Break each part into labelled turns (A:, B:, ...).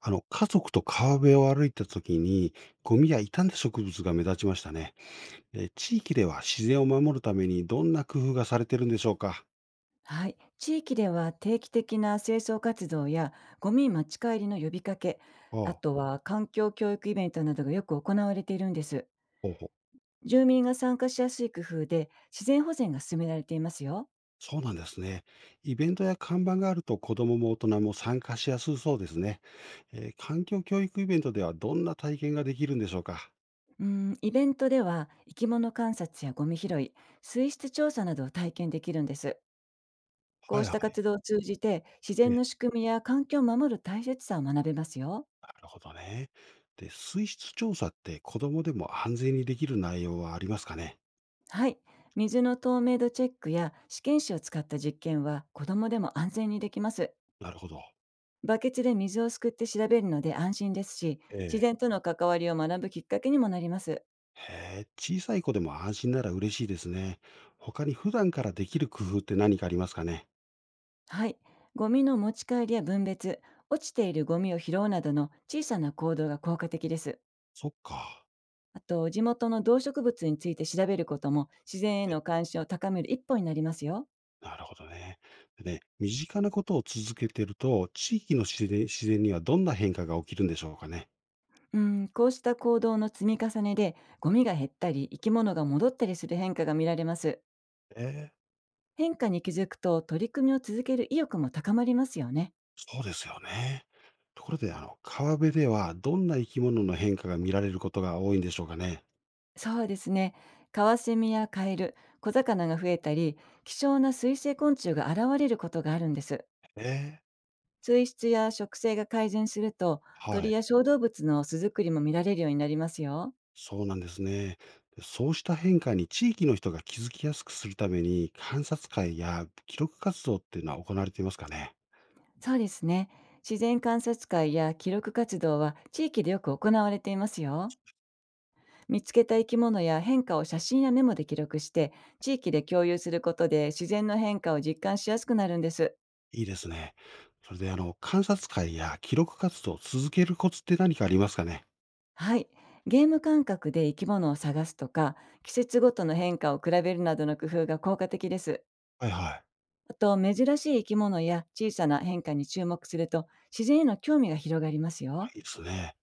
A: 家族と川辺を歩いた時に、ゴミや傷んだ植物が目立ちましたね。地域では自然を守るためにどんな工夫がされてるんでしょうか？
B: はい、地域では定期的な清掃活動やゴミ持ち帰りの呼びかけ、
A: あ
B: あ
A: あ。
B: とは環境教育イベントなどがよく行われているんです。
A: ほうほう。
B: 住民が参加しやすい工夫で自然保全が進められていますよ。
A: そうなんですね。イベントや看板があると子供も大人も参加しやすそうですね。環境教育イベントではどんな体験ができるんでしょうか？
B: うん、イベントでは生き物観察やゴミ拾い、水質調査などを体験できるんです。こ
A: は
B: う
A: い
B: し
A: は
B: た
A: い。
B: 活動を通じて自
A: え
B: 然の
A: え。
B: 仕組みや環境を守る大切さを学べますよ。
A: なるほどね。で、水質調査って子供でも安全にできる内容はありますかね？
B: はい。水の透明度チェックや試験紙を使った実験は子供でも安全にできます。
A: なるほど。
B: バケツで水をすくって調べるので安心ですし、自
A: ええ。
B: 然との関わりを学ぶきっかけにもなります。
A: へえ、小さい子でも安心なら嬉しいですね。他に普段からできる工夫って何かありますかね？
B: はい。ゴミの持ち帰りや分別、落ちているゴミを拾うなどの小さな行動が効果的です。
A: そっか。
B: あと、地元の動植物について調べることも自然へ
A: え、
B: の関心を高める一歩になりますよ。
A: なるほどね。でね、身近なことを続けてると、地域の自然にはどんな変化が起きるんでしょうかね。
B: うん、こうした行動の積み重ねで、ゴミが減ったり、生き物が戻ったりする変化が見られます。
A: ええ、
B: 変化に気づくと取り組みを続ける意欲も高まりますよね。
A: そうですよね。ところで、川辺ではどんな生き物の変化が見られることが多いんでしょうかね。
B: そうですね。カワセミやカエル、小魚が増えたり、希少な水生昆虫が現れることがあるんです。
A: ええ、
B: 水質や食性が改善すると、
A: は
B: 鳥
A: い。
B: や小動物の巣作りも見られるようになりますよ。
A: そうなんですね。そうした変化に地域の人が気づきやすくするために、観察会や記録活動っていうのは行われていますかね。
B: そうですね。自然観察会や記録活動は地域でよく行われていますよ。見つけた生き物や変化を写真やメモで記録して、地域で共有することで自然の変化を実感しやすくなるんです。
A: いいですね。それで、観察会や記録活動を続けるコツって何かありますかね。
B: はい。ゲーム感覚で生き物を探すとか、季節ごとの変化を比べるなどの工夫が効果的です。
A: はいはい。
B: あと、珍しい生き物や小さな変化に注目すると、自然への興味が広がりますよ。
A: いいですね。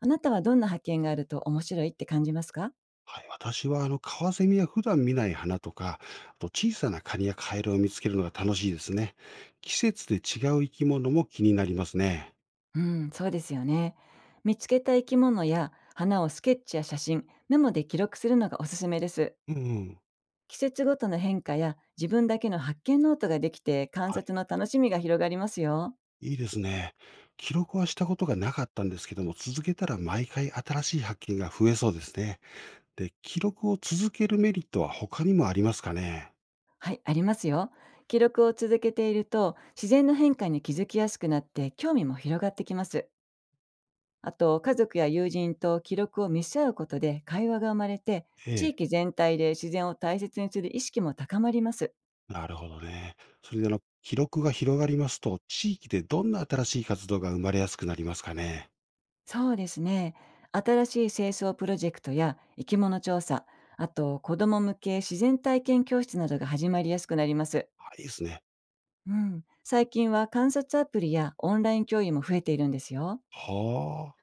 B: あなたはどんな発見があると面白いって感じますか？
A: はい、私は、カワセミや普段見ない花とか、あと小さなカニやカエルを見つけるのが楽しいですね。季節で違う生き物も気になりますね。
B: うん、そうですよね。見つけた生き物や花をスケッチや写真、メモで記録するのがおすすめです。
A: うん、うん。
B: 季節ごとの変化や自分だけの発見ノートができて観察の楽しみが広がりますよ。
A: いいですね。記録はしたことがなかったんですけども、続けたら毎回新しい発見が増えそうですね。で、記録を続けるメリットは他にもありますかね？
B: はい、ありますよ。記録を続けていると、自然の変化に気づきやすくなって、興味も広がってきます。あと、家族や友人と記録を見せ合うことで会話が生まれて、
A: え
B: 地
A: え、
B: 域全体で自然を大切にする意識も高まります。
A: なるほどね。それで記録が広がりますと、地域でどんな新しい活動が生まれやすくなりますかね？
B: そうですね。新しい清掃プロジェクトや生き物調査、あと子ども向け自然体験教室などが始まりやすくなります。
A: はい、いいですね。
B: うん、最近は観察アプリやオンライン共有も増えているんですよ。
A: は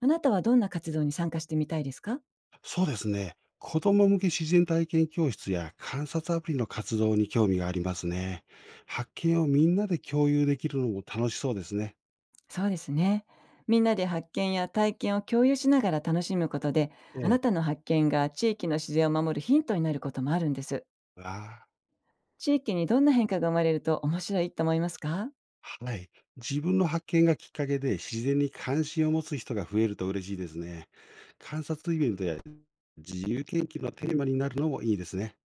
B: あなたはどんな活動に参加してみたいですか？
A: あ、そうですね。子供向け自然体験教室や観察アプリの活動に興味がありますね。発見をみんなで共有できるのも楽しそうですね。
B: そうですね。みんなで発見や体験を共有しながら楽しむことで、
A: え
B: あなた
A: え。
B: の発見が地域の自然を守るヒントになることもあるんです。
A: わあ。
B: 地域にどんな変化が生まれると面白いと思いますか？
A: はい。自分の発見がきっかけで自然に関心を持つ人が増えると嬉しいですね。観察イベントや自由研究のテーマになるのもいいですね。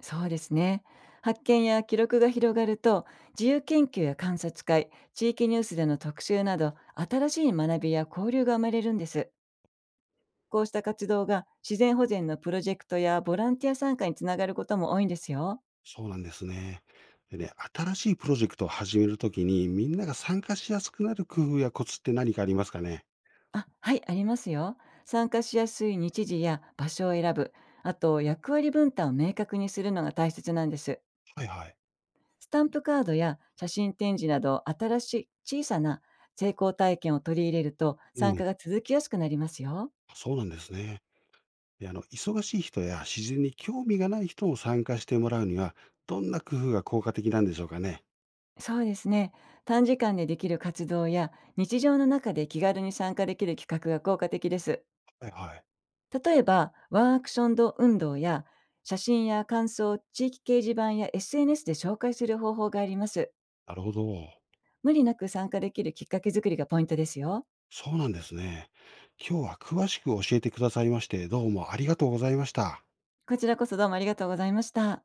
B: そうですね。発見や記録が広がると、自由研究や観察会、地域ニュースでの特集など、新しい学びや交流が生まれるんです。こうした活動が自然保全のプロジェクトやボランティア参加につながることも多いんですよ。
A: そうなんですね。でね、新しいプロジェクトを始めるときにみんなが参加しやすくなる工夫やコツって何かありますかね？
B: あ、はい、ありますよ。参加しやすい日時や場所を選ぶ、あと役割分担を明確にするのが大切なんです。
A: はいはい。
B: スタンプカードや写真展示など新しい小さな成功体験を取り入れると
A: う
B: 参加
A: ん。
B: が続きやすくなりますよ。
A: そうなんですね。で忙しい人や自然に興味がない人も参加してもらうには、どんな工夫が効果的なんでしょうかね？
B: そうですね。短時間でできる活動や日常の中で気軽に参加できる企画が効果的です。
A: はいはい。
B: 例えば、ワンアクションド運動や写真や感想を地域掲示板や SNS で紹介する方法があります。
A: なるほど。
B: 無理なく参加できるきっかけ作りがポイントですよ。
A: そうなんですね。今日は詳しく教えてくださいまして、どうもありがとうございました。
B: こちらこそどうもありがとうございました。